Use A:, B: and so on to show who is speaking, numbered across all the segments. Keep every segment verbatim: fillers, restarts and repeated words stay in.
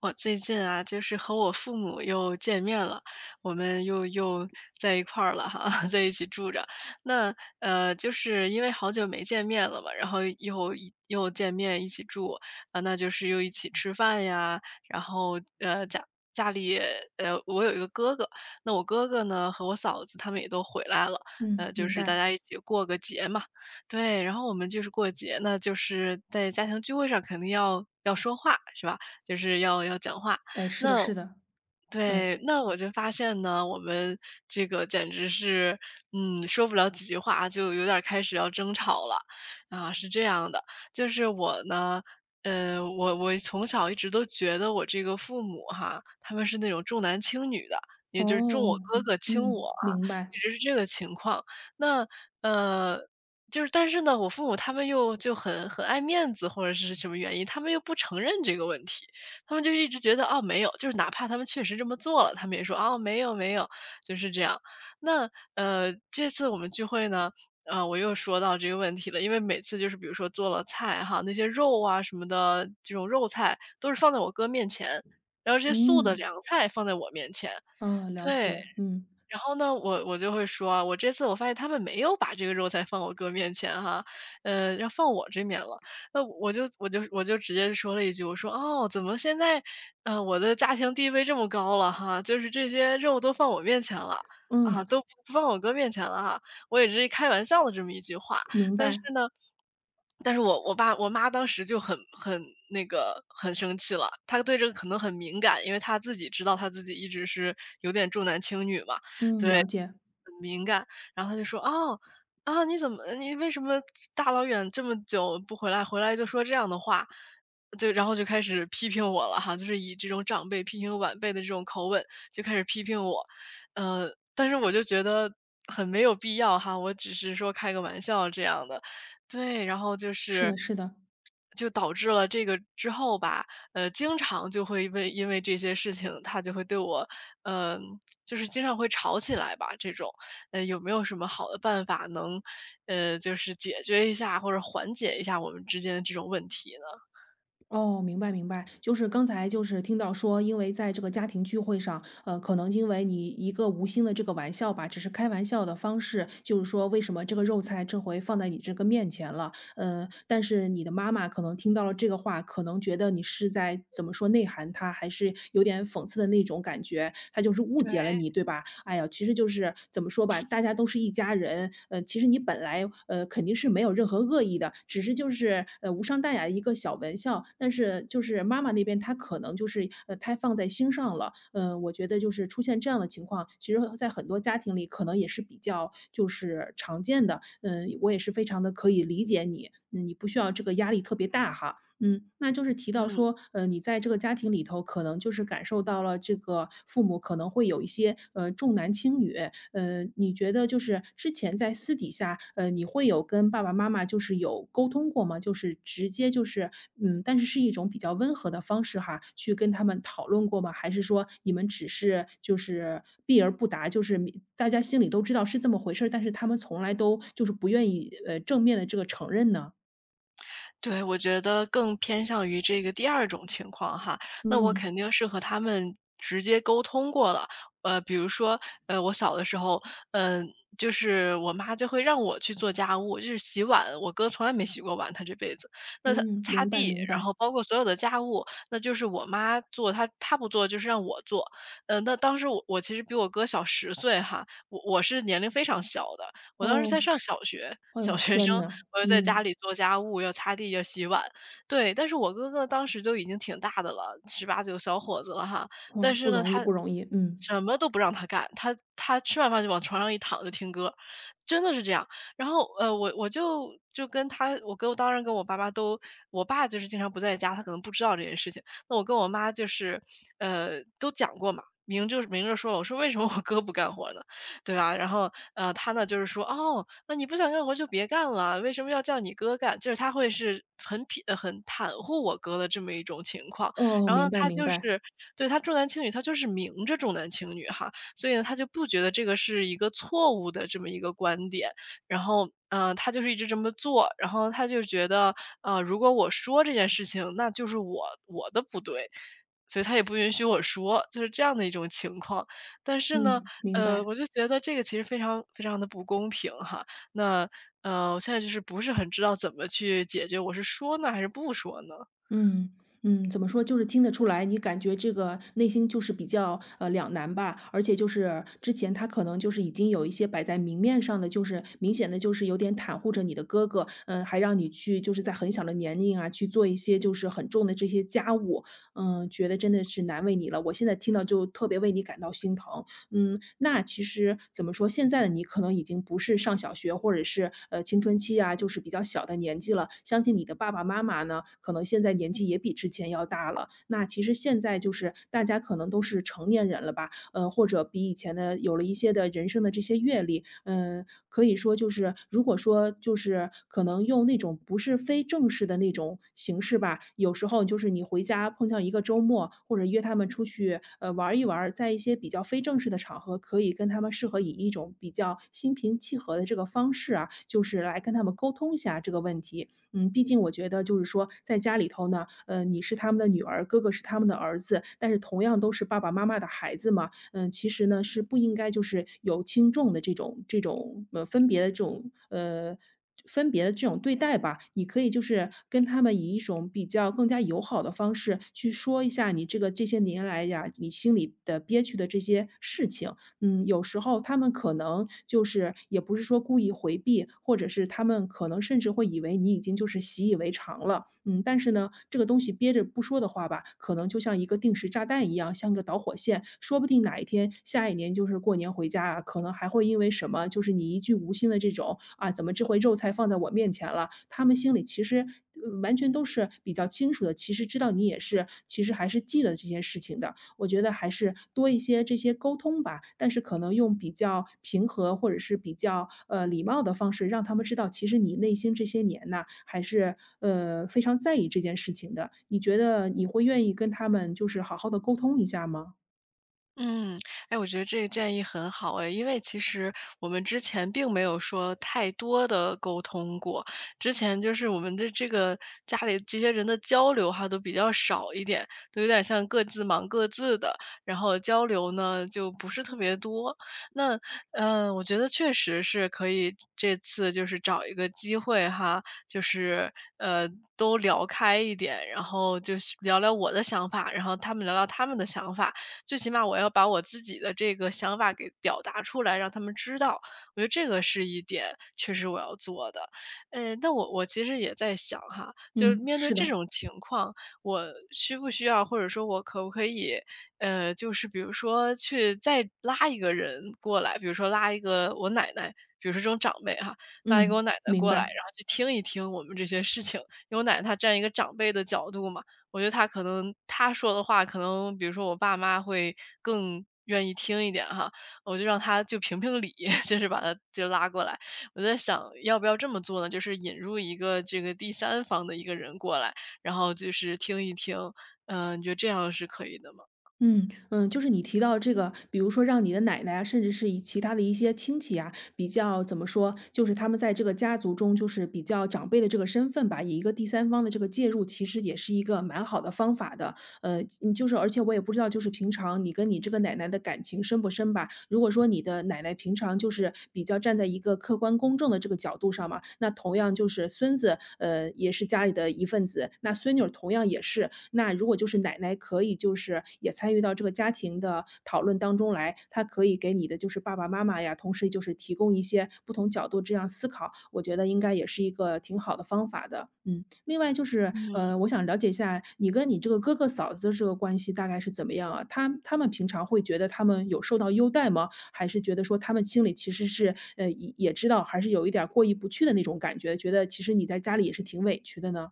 A: 我最近啊，就是和我父母又见面了，我们又又在一块儿了哈，在一起住着。那呃，就是因为好久没见面了嘛，然后又一又见面一起住啊，那就是又一起吃饭呀，然后呃家家里呃我有一个哥哥，那我哥哥呢和我嫂子他们也都回来了，呃，
B: 嗯，
A: 就
B: 明
A: 是大
B: 白。
A: 家一起过个节嘛。对，然后我们就是过节，那就是在家庭聚会上肯定要要说话，是吧？就是要要讲话。
B: 哎，是的
A: 那
B: 是的，嗯，
A: 对，那我就发现呢，我们这个简直是，嗯，说不了几句话就有点儿开始要争吵了，啊，是这样的，就是我呢，呃，我我从小一直都觉得我这个父母哈，他们是那种重男轻女的，也就是重
B: 哦，
A: 我哥
B: 嗯
A: 哥轻我
B: 嗯
A: 啊，
B: 明白，
A: 一直是这个情况。那呃，就是但是呢，我父母他们又就很很爱面子或者是什么原因，他们又不承认这个问题。他们就一直觉得，哦，没有，就是哪怕他们确实这么做了，他们也说，哦，没有没有，就是这样。那，呃，这次我们聚会呢，呃，我又说到这个问题了，因为每次就是比如说做了菜哈，那些肉啊什么的，这种肉菜都是放在我哥面前，然后这些素的
B: 嗯，
A: 凉菜放在我面前，
B: 啊，了
A: 对。
B: 解，嗯，
A: 然后呢，我我就会说啊，我这次我发现他们没有把这个肉菜放我哥面前哈，呃，要放我这面了。那我就我就我就直接说了一句，我说哦，怎么现在，呃，我的家庭地位这么高了哈，就是这些肉都放我面前了。啊，
B: 嗯，
A: 都不放我哥面前了哈，我也只是开玩笑的这么一句话，
B: 明
A: 但是
B: 白，
A: 呢，但是我我爸我妈当时就很很那个很生气了，她对这个可能很敏感，因为她自己知道她自己一直是有点重男轻女嘛，
B: 嗯，
A: 对，
B: 了解，
A: 站然后他就说："哦，啊，你怎么你为什么大老远这么久不回来，回来就说这样的话？"就然后就开始批评我了哈，就是以这种长辈批评晚辈的这种口吻，就开始批评我。呃，但是我就觉得很没有必要哈，我只是说开个玩笑这样的。对，然后就
B: 是
A: 是
B: 的是的。
A: 就导致了这个之后吧，呃，经常就会为因为这些事情，他就会对我，呃，就是经常会吵起来吧，这种。呃，有没有什么好的办法能，呃，就是解决一下或者缓解一下我们之间的这种问题呢？
B: 哦，明白明白，就是刚才就是听到说，因为在这个家庭聚会上，呃，可能因为你一个无心的这个玩笑吧，只是开玩笑的方式，就是说为什么这个肉菜这回放在你这个面前了，呃，但是你的妈妈可能听到了这个话，可能觉得你是在怎么说内涵她，还是有点讽刺的那种感觉，她就是误解了你，对吧？哎呀，其实就是怎么说吧，大家都是一家人，呃，其实你本来呃肯定是没有任何恶意的，只是就是是呃，无伤大雅的一个小玩笑，但是就是妈妈那边她可能就是，呃，太放在心上了。嗯，我觉得就是出现这样的情况，其实在很多家庭里可能也是比较就是常见的，嗯，我也是非常的可以理解你，嗯，你不需要这个压力特别大哈。嗯，那就是提到
A: 嗯。
B: 说，呃，你在这个家庭里头，可能就是感受到了这个父母可能会有一些呃重男轻女，呃，你觉得就是之前在私底下，呃，你会有跟爸爸妈妈就是有沟通过吗？就是直接就是，嗯，但是是一种比较温和的方式哈，去跟他们讨论过吗？还是说你们只是就是避而不答，就是你大家心里都知道是这么回事儿，但是他们从来都就是不愿意呃正面的这个承认呢？
A: 对，我觉得更偏向于这个第二种情况哈，那我肯
B: 嗯
A: 定是和他们直接沟通过了。呃，比如说，呃，我小的时候，嗯，就是我妈就会让我去做家务，就是洗碗，我哥从来没洗过碗，他这辈子。那他
B: 嗯，
A: 擦
B: 明白
A: 地，
B: 明
A: 然后
B: 白。
A: 包括所有的家务，那就是我妈做，她她不做就是让我做。呃，那当时我我其实比我哥小十岁哈，我我是年龄非常小的，我当时才
B: 哦，
A: 上
B: 是，
A: 小学，
B: 哎
A: 小
B: 呦，
A: 学
B: 天
A: 生，
B: 呐，
A: 我就在家
B: 嗯，
A: 里做家务，要擦地，要洗碗。对，但是我哥哥当时就已经挺大的了，十八九小伙子了哈，但
B: 哇，
A: 是
B: 不
A: 呢，
B: 容易
A: 他
B: 不容易，嗯，
A: 什么都不让他干，他他吃完饭就往床上一躺就听歌，真的是这样。然后，呃，我我就就跟他我哥，当然跟我爸妈都，我爸就是经常不在家，他可能不知道这件事情，那我跟我妈就是，呃，都讲过嘛，明就是明着说了，我说为什么我哥不干活呢？对吧？然后，呃，他呢就是说，哦，那你不想干活就别干了，为什么要叫你哥干？就是他会是很匹呃，很袒护我哥的这么一种情况。
B: 哦，
A: 然后呢
B: 明白
A: 他
B: 明
A: 就
B: 白，
A: 是，对，他重男轻女，他就是明着重男轻女哈，所以呢，他就不觉得这个是一个错误的这么一个观点。然后，呃，他就是一直这么做，然后他就觉得，呃，如果我说这件事情，那就是我我的不对，所以他也不允许我说，就是这样的一种情况。但是呢，
B: 嗯，明
A: 呃，
B: 白。
A: 我就觉得这个其实非常非常的不公平哈。那，呃，我现在就是不是很知道怎么去解决，我是说呢还是不说呢？
B: 嗯嗯，怎么说，就是听得出来，你感觉这个内心就是比较呃两难吧。而且就是之前他可能就是已经有一些摆在明面上的，就是明显的就是有点袒护着你的哥哥，嗯，还让你去就是在很小的年龄啊去做一些就是很重的这些家务，嗯，觉得真的是难为你了。我现在听到就特别为你感到心疼。嗯，那其实怎么说，现在的你可能已经不是上小学或者是呃青春期啊，就是比较小的年纪了。相信你的爸爸妈妈呢，可能现在年纪也比之前要大了。那其实现在就是大家可能都是成年人了吧，呃，或者比以前的有了一些的人生的这些阅历，嗯，可以说就是如果说就是可能用那种不是非正式的那种形式吧，有时候就是你回家碰上一个周末，或者约他们出去呃玩儿一玩儿，在一些比较非正式的场合，可以跟他们适合以一种比较心平气和的这个方式啊，就是来跟他们沟通一下这个问题，嗯，毕竟我觉得就是说在家里头呢，呃，你是他们的女儿，哥哥是他们的儿子，但是同样都是爸爸妈妈的孩子嘛，嗯，其实呢是不应该就是有轻重的这种这种呃分别的这种呃。分别的这种对待吧，你可以就是跟他们以一种比较更加友好的方式去说一下你这个这些年来呀，你心里的憋屈的这些事情，嗯，有时候他们可能就是也不是说故意回避，或者是他们可能甚至会以为你已经就是习以为常了。嗯，但是呢，这个东西憋着不说的话吧，可能就像一个定时炸弹一样，像一个导火线，说不定哪一天下一年就是过年回家啊，可能还会因为什么，就是你一句无心的这种啊，怎么这回肉菜放在我面前了？他们心里其实。呃完全都是比较清楚的，其实知道你也是，其实还是记得这些事情的，我觉得还是多一些这些沟通吧，但是可能用比较平和或者是比较，呃，礼貌的方式让他们知道，其实你内心这些年呐，还是，呃，非常在意这件事情的。你觉得你会愿意跟他们就是好好的沟通一下吗？
A: 嗯，哎，我觉得这个建议很好哎，因为其实我们之前并没有说太多的沟通过，之前就是我们的这个家里这些人的交流哈都比较少一点，都有点像各自忙各自的，然后交流呢就不是特别多。那嗯、呃我觉得确实是可以这次就是找一个机会哈，就是呃都聊开一点，然后就是聊聊我的想法，然后他们聊聊他们的想法。最起码我要把我自己的这个想法给表达出来，让他们知道。我觉得这个是一点确实我要做的。嗯，那我我其实也在想哈，就是
B: 嗯，
A: 面对
B: 是
A: 这
B: 的，
A: 种情况，我需不需要，或者说我可不可以，呃，就是比如说去再拉一个人过来，比如说拉一个我奶奶，比如说这种长辈哈，拉一个我
B: 嗯，
A: 奶奶
B: 明
A: 过来，
B: 白。
A: 然后去听一听我们这些事情，因为我奶奶她站一个长辈的角度嘛，我觉得他可能他说的话，可能比如说我爸妈会更愿意听一点哈，我就让他就评评理，就是把他就拉过来。我在想要不要这么做呢？就是引入一个这个第三方的一个人过来，然后就是听一听，嗯、你觉得这样是可以的吗？
B: 嗯嗯，就是你提到这个，比如说让你的奶奶啊，甚至是以其他的一些亲戚啊，比较怎么说，就是他们在这个家族中，就是比较长辈的这个身份吧，以一个第三方的这个介入，其实也是一个蛮好的方法的。呃，你就是而且我也不知道，就是平常你跟你这个奶奶的感情深不深吧。如果说你的奶奶平常就是比较站在一个客观公正的这个角度上嘛，那同样就是孙子，呃，也是家里的一份子，那孙女儿同样也是。那如果就是奶奶可以就是也参与到这个家庭的讨论当中来，她可以给你的就是爸爸妈妈呀同时就是提供一些不同角度这样思考，我觉得应该也是一个挺好的方法的。嗯，另外就是，
A: 嗯。
B: 呃，我想了解一下你跟你这个哥哥嫂子的这个关系大概是怎么样啊？他他们平常会觉得他们有受到优待吗？还是觉得说他们心里其实是，呃，也也知道还是有一点儿过意不去的那种感觉，觉得其实你在家里也是挺委屈的呢？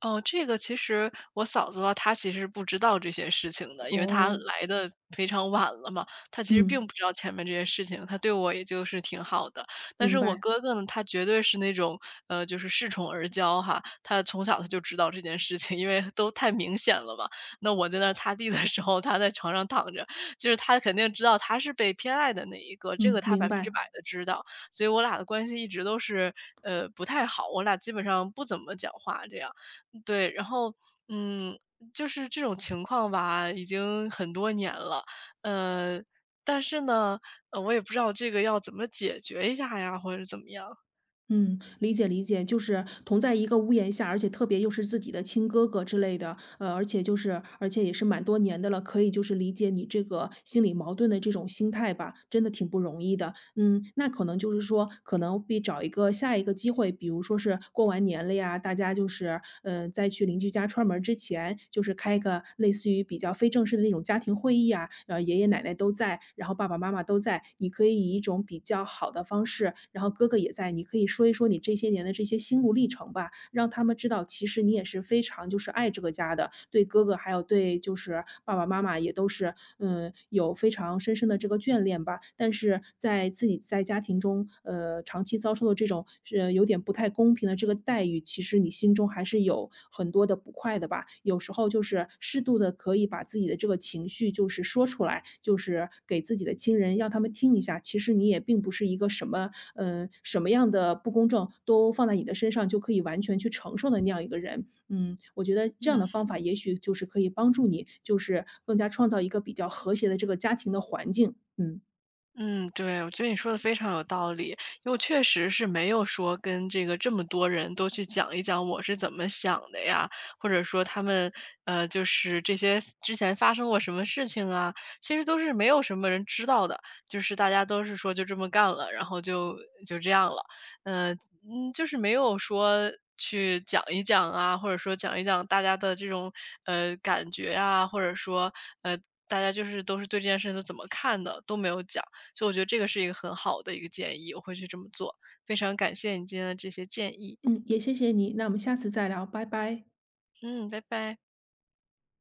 A: 哦，这个其实我嫂子吧，她其实不知道这些事情的，因为她
B: 哦。
A: 来的非常晚了嘛，她其实并
B: 嗯，
A: 不知道前面这些事情，她对我也就是挺好的。但是
B: 明
A: 我
B: 白，
A: 哥哥呢，他绝对是那种，呃，就是恃宠而骄哈，他从小他就知道这件事情，因为都太明显了嘛。那我在那儿擦地的时候，他在床上躺着，就是他肯定知道他是被偏爱的那一个，这个
B: 嗯，
A: 他百
B: 明
A: 分之
B: 白。
A: 百的知道。所以我俩的关系一直都是，呃，不太好，我俩基本上不怎么讲话这样。对，然后，嗯，就是这种情况吧，已经很多年了，呃，但是呢，呃，我也不知道这个要怎么解决一下呀，或者怎么样，
B: 嗯，理解理解，就是同在一个屋檐下，而且特别又是自己的亲哥哥之类的，呃，而且就是而且也是蛮多年的了，可以就是理解你这个心理矛盾的这种心态吧，真的挺不容易的。嗯，那可能就是说，可能会找一个下一个机会，比如说是过完年了呀，大家就是，呃，在去邻居家串门儿之前，就是开个类似于比较非正式的那种家庭会议啊，呃，爷爷奶奶都在，然后爸爸妈妈都在，你可以以一种比较好的方式，然后哥哥也在，你可以说一说你这些年的这些心路历程吧，让他们知道，其实你也是非常就是爱这个家的，对哥哥还有对就是爸爸妈妈也都是，嗯，有非常深深的这个眷恋吧。但是在自己在家庭中，呃，长期遭受的这种是有点不太公平的这个待遇，其实你心中还是有很多的不快的吧。有时候就是适度的，可以把自己的这个情绪就是说出来，就是给自己的亲人让他们听一下，其实你也并不是一个什么嗯什么样的不公正都放在你的身上就可以完全去承受的那样一个人。嗯，我觉得这样的
A: 嗯。
B: 方法也许就是可以帮助你，就是更加创造一个比较和谐的这个家庭的环境。嗯，
A: 嗯，对，我觉得你说的非常有道理。因为我确实是没有说跟这个这么多人都去讲一讲我是怎么想的呀，或者说他们，呃，就是这些之前发生过什么事情啊，其实都是没有什么人知道的，就是大家都是说就这么干了，然后就就这样了。呃，嗯，就是没有说去讲一讲啊，或者说讲一讲大家的这种，呃，感觉啊，或者说，呃，大家就是都是对这件事情是怎么看的，都没有讲。所以我觉得这个是一个很好的一个建议，我会去这么做。非常感谢你今天的这些建议，
B: 嗯，也谢谢你，那我们下次再聊，拜拜。
A: 嗯，拜拜。